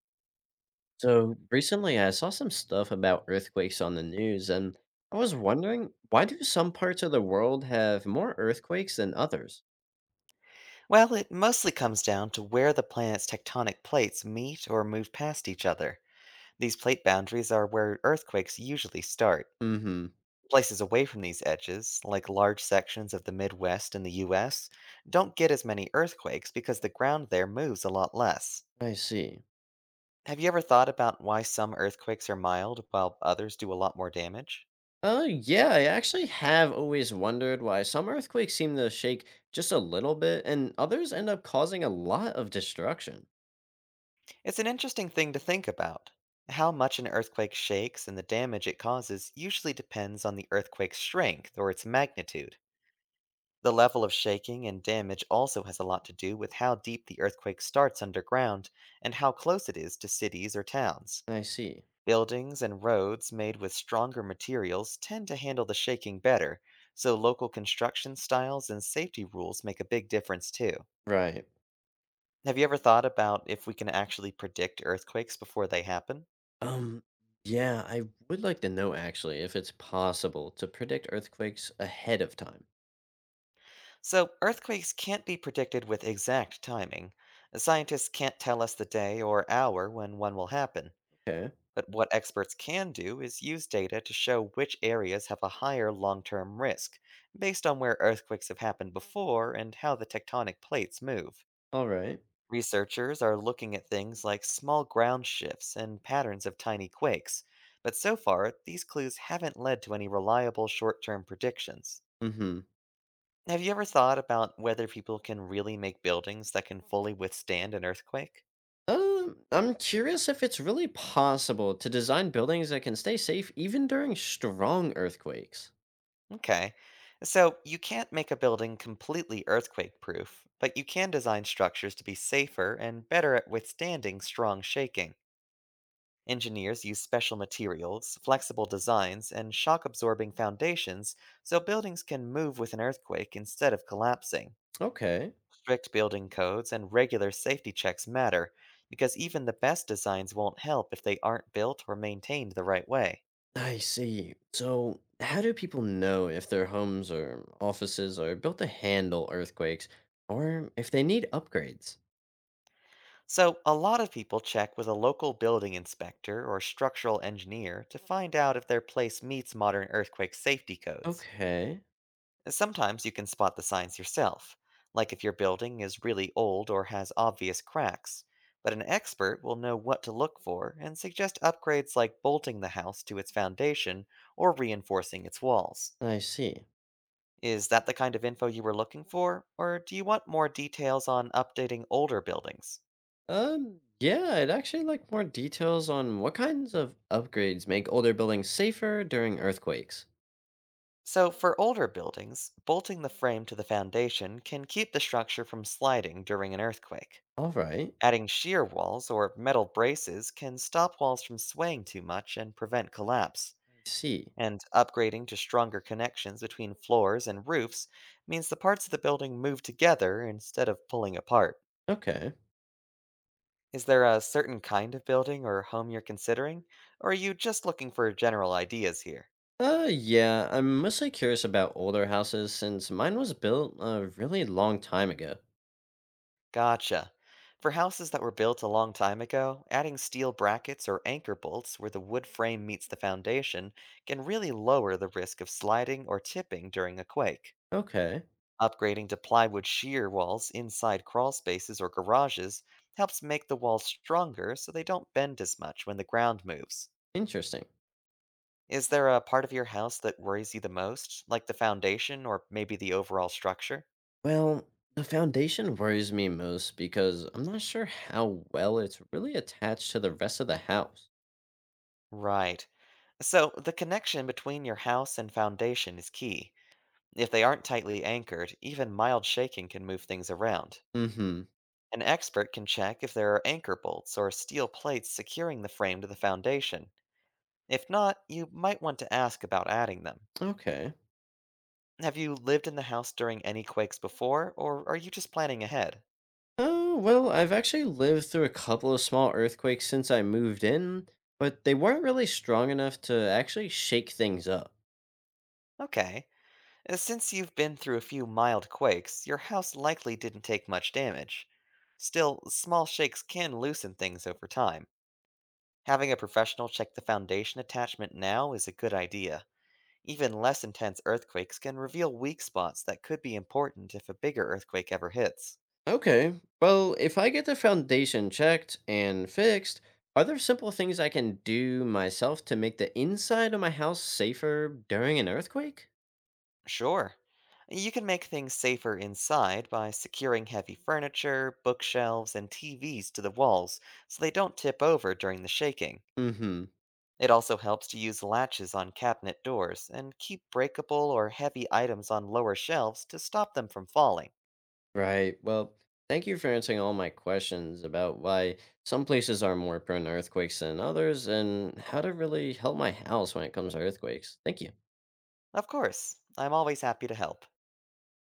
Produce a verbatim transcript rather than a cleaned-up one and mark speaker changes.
Speaker 1: So recently, I saw some stuff about earthquakes on the news, and I was wondering, why do some parts of the world have more earthquakes than others?
Speaker 2: Well, it mostly comes down to where the planet's tectonic plates meet or move past each other. These plate boundaries are where earthquakes usually start.
Speaker 1: Mm-hmm.
Speaker 2: Places away from these edges, like large sections of the Midwest in the U S, don't get as many earthquakes because the ground there moves a lot less.
Speaker 1: I see.
Speaker 2: Have you ever thought about why some earthquakes are mild while others do a lot more damage?
Speaker 1: Oh, yeah, I actually have always wondered why some earthquakes seem to shake just a little bit and others end up causing a lot of destruction.
Speaker 2: It's an interesting thing to think about. How much an earthquake shakes and the damage it causes usually depends on the earthquake's strength or its magnitude. The level of shaking and damage also has a lot to do with how deep the earthquake starts underground and how close it is to cities or towns.
Speaker 1: I see.
Speaker 2: Buildings and roads made with stronger materials tend to handle the shaking better, so local construction styles and safety rules make a big difference too.
Speaker 1: Right.
Speaker 2: Have you ever thought about if we can actually predict earthquakes before they happen?
Speaker 1: Um, yeah, I would like to know actually if it's possible to predict earthquakes ahead of time.
Speaker 2: So, earthquakes can't be predicted with exact timing. Scientists can't tell us the day or hour when one will happen.
Speaker 1: Okay.
Speaker 2: But what experts can do is use data to show which areas have a higher long term risk, based on where earthquakes have happened before and how the tectonic plates move.
Speaker 1: All right.
Speaker 2: Researchers are looking at things like small ground shifts and patterns of tiny quakes, but so far, these clues haven't led to any reliable short term predictions.
Speaker 1: Mm-hmm.
Speaker 2: Have you ever thought about whether people can really make buildings that can fully withstand an earthquake?
Speaker 1: Um, I'm curious if it's really possible to design buildings that can stay safe even during strong earthquakes.
Speaker 2: Okay. So you can't make a building completely earthquake proof, but you can design structures to be safer and better at withstanding strong shaking. Engineers use special materials, flexible designs, and shock absorbing foundations so buildings can move with an earthquake instead of collapsing.
Speaker 1: Okay.
Speaker 2: Strict building codes and regular safety checks matter because even the best designs won't help if they aren't built or maintained the right way.
Speaker 1: I see. So, how do people know if their homes or offices are built to handle earthquakes or if they need upgrades?
Speaker 2: So, a lot of people check with a local building inspector or structural engineer to find out if their place meets modern earthquake safety codes.
Speaker 1: Okay.
Speaker 2: Sometimes you can spot the signs yourself, like if your building is really old or has obvious cracks, but an expert will know what to look for and suggest upgrades like bolting the house to its foundation or reinforcing its walls.
Speaker 1: I see.
Speaker 2: Is that the kind of info you were looking for, or do you want more details on updating older buildings?
Speaker 1: Um, yeah, I'd actually like more details on what kinds of upgrades make older buildings safer during earthquakes.
Speaker 2: So, for older buildings, bolting the frame to the foundation can keep the structure from sliding during an earthquake.
Speaker 1: All right.
Speaker 2: Adding shear walls or metal braces can stop walls from swaying too much and prevent collapse.
Speaker 1: I see.
Speaker 2: And upgrading to stronger connections between floors and roofs means the parts of the building move together instead of pulling apart.
Speaker 1: Okay.
Speaker 2: Is there a certain kind of building or home you're considering, or are you just looking for general ideas here?
Speaker 1: Uh, yeah, I'm mostly curious about older houses since mine was built a really long time ago.
Speaker 2: Gotcha. For houses that were built a long time ago, adding steel brackets or anchor bolts where the wood frame meets the foundation can really lower the risk of sliding or tipping during a quake.
Speaker 1: Okay,
Speaker 2: Upgrading to plywood shear walls inside crawl spaces or garages helps make the walls stronger so they don't bend as much when the ground moves.
Speaker 1: interesting.
Speaker 2: Is there a part of your house that worries you the most, like the foundation or maybe the overall structure?
Speaker 1: Well, the foundation worries me most because I'm not sure how well it's really attached to the rest of the house.
Speaker 2: Right. So, the connection between your house and foundation is key. If they aren't tightly anchored, even mild shaking can move things around.
Speaker 1: Mm-hmm.
Speaker 2: An expert can check if there are anchor bolts or steel plates securing the frame to the foundation. If not, you might want to ask about adding them.
Speaker 1: Okay.
Speaker 2: Have you lived in the house during any quakes before, or are you just planning ahead?
Speaker 1: Oh, well, I've actually lived through a couple of small earthquakes since I moved in, but they weren't really strong enough to actually shake things up.
Speaker 2: Okay. uh, Since you've been through a few mild quakes, your house likely didn't take much damage. Still, small shakes can loosen things over time. Having a professional check the foundation attachment now is a good idea. Even less intense earthquakes can reveal weak spots that could be important if a bigger earthquake ever hits.
Speaker 1: Okay. Well, if I get the foundation checked and fixed, are there simple things I can do myself to make the inside of my house safer during an earthquake?
Speaker 2: Sure. You can make things safer inside by securing heavy furniture, bookshelves, and T Vs to the walls so they don't tip over during the shaking.
Speaker 1: Mm-hmm.
Speaker 2: It also helps to use latches on cabinet doors and keep breakable or heavy items on lower shelves to stop them from falling.
Speaker 1: Right. Well, thank you for answering all my questions about why some places are more prone to earthquakes than others and how to really help my house when it comes to earthquakes. Thank you.
Speaker 2: Of course, I'm always happy to help.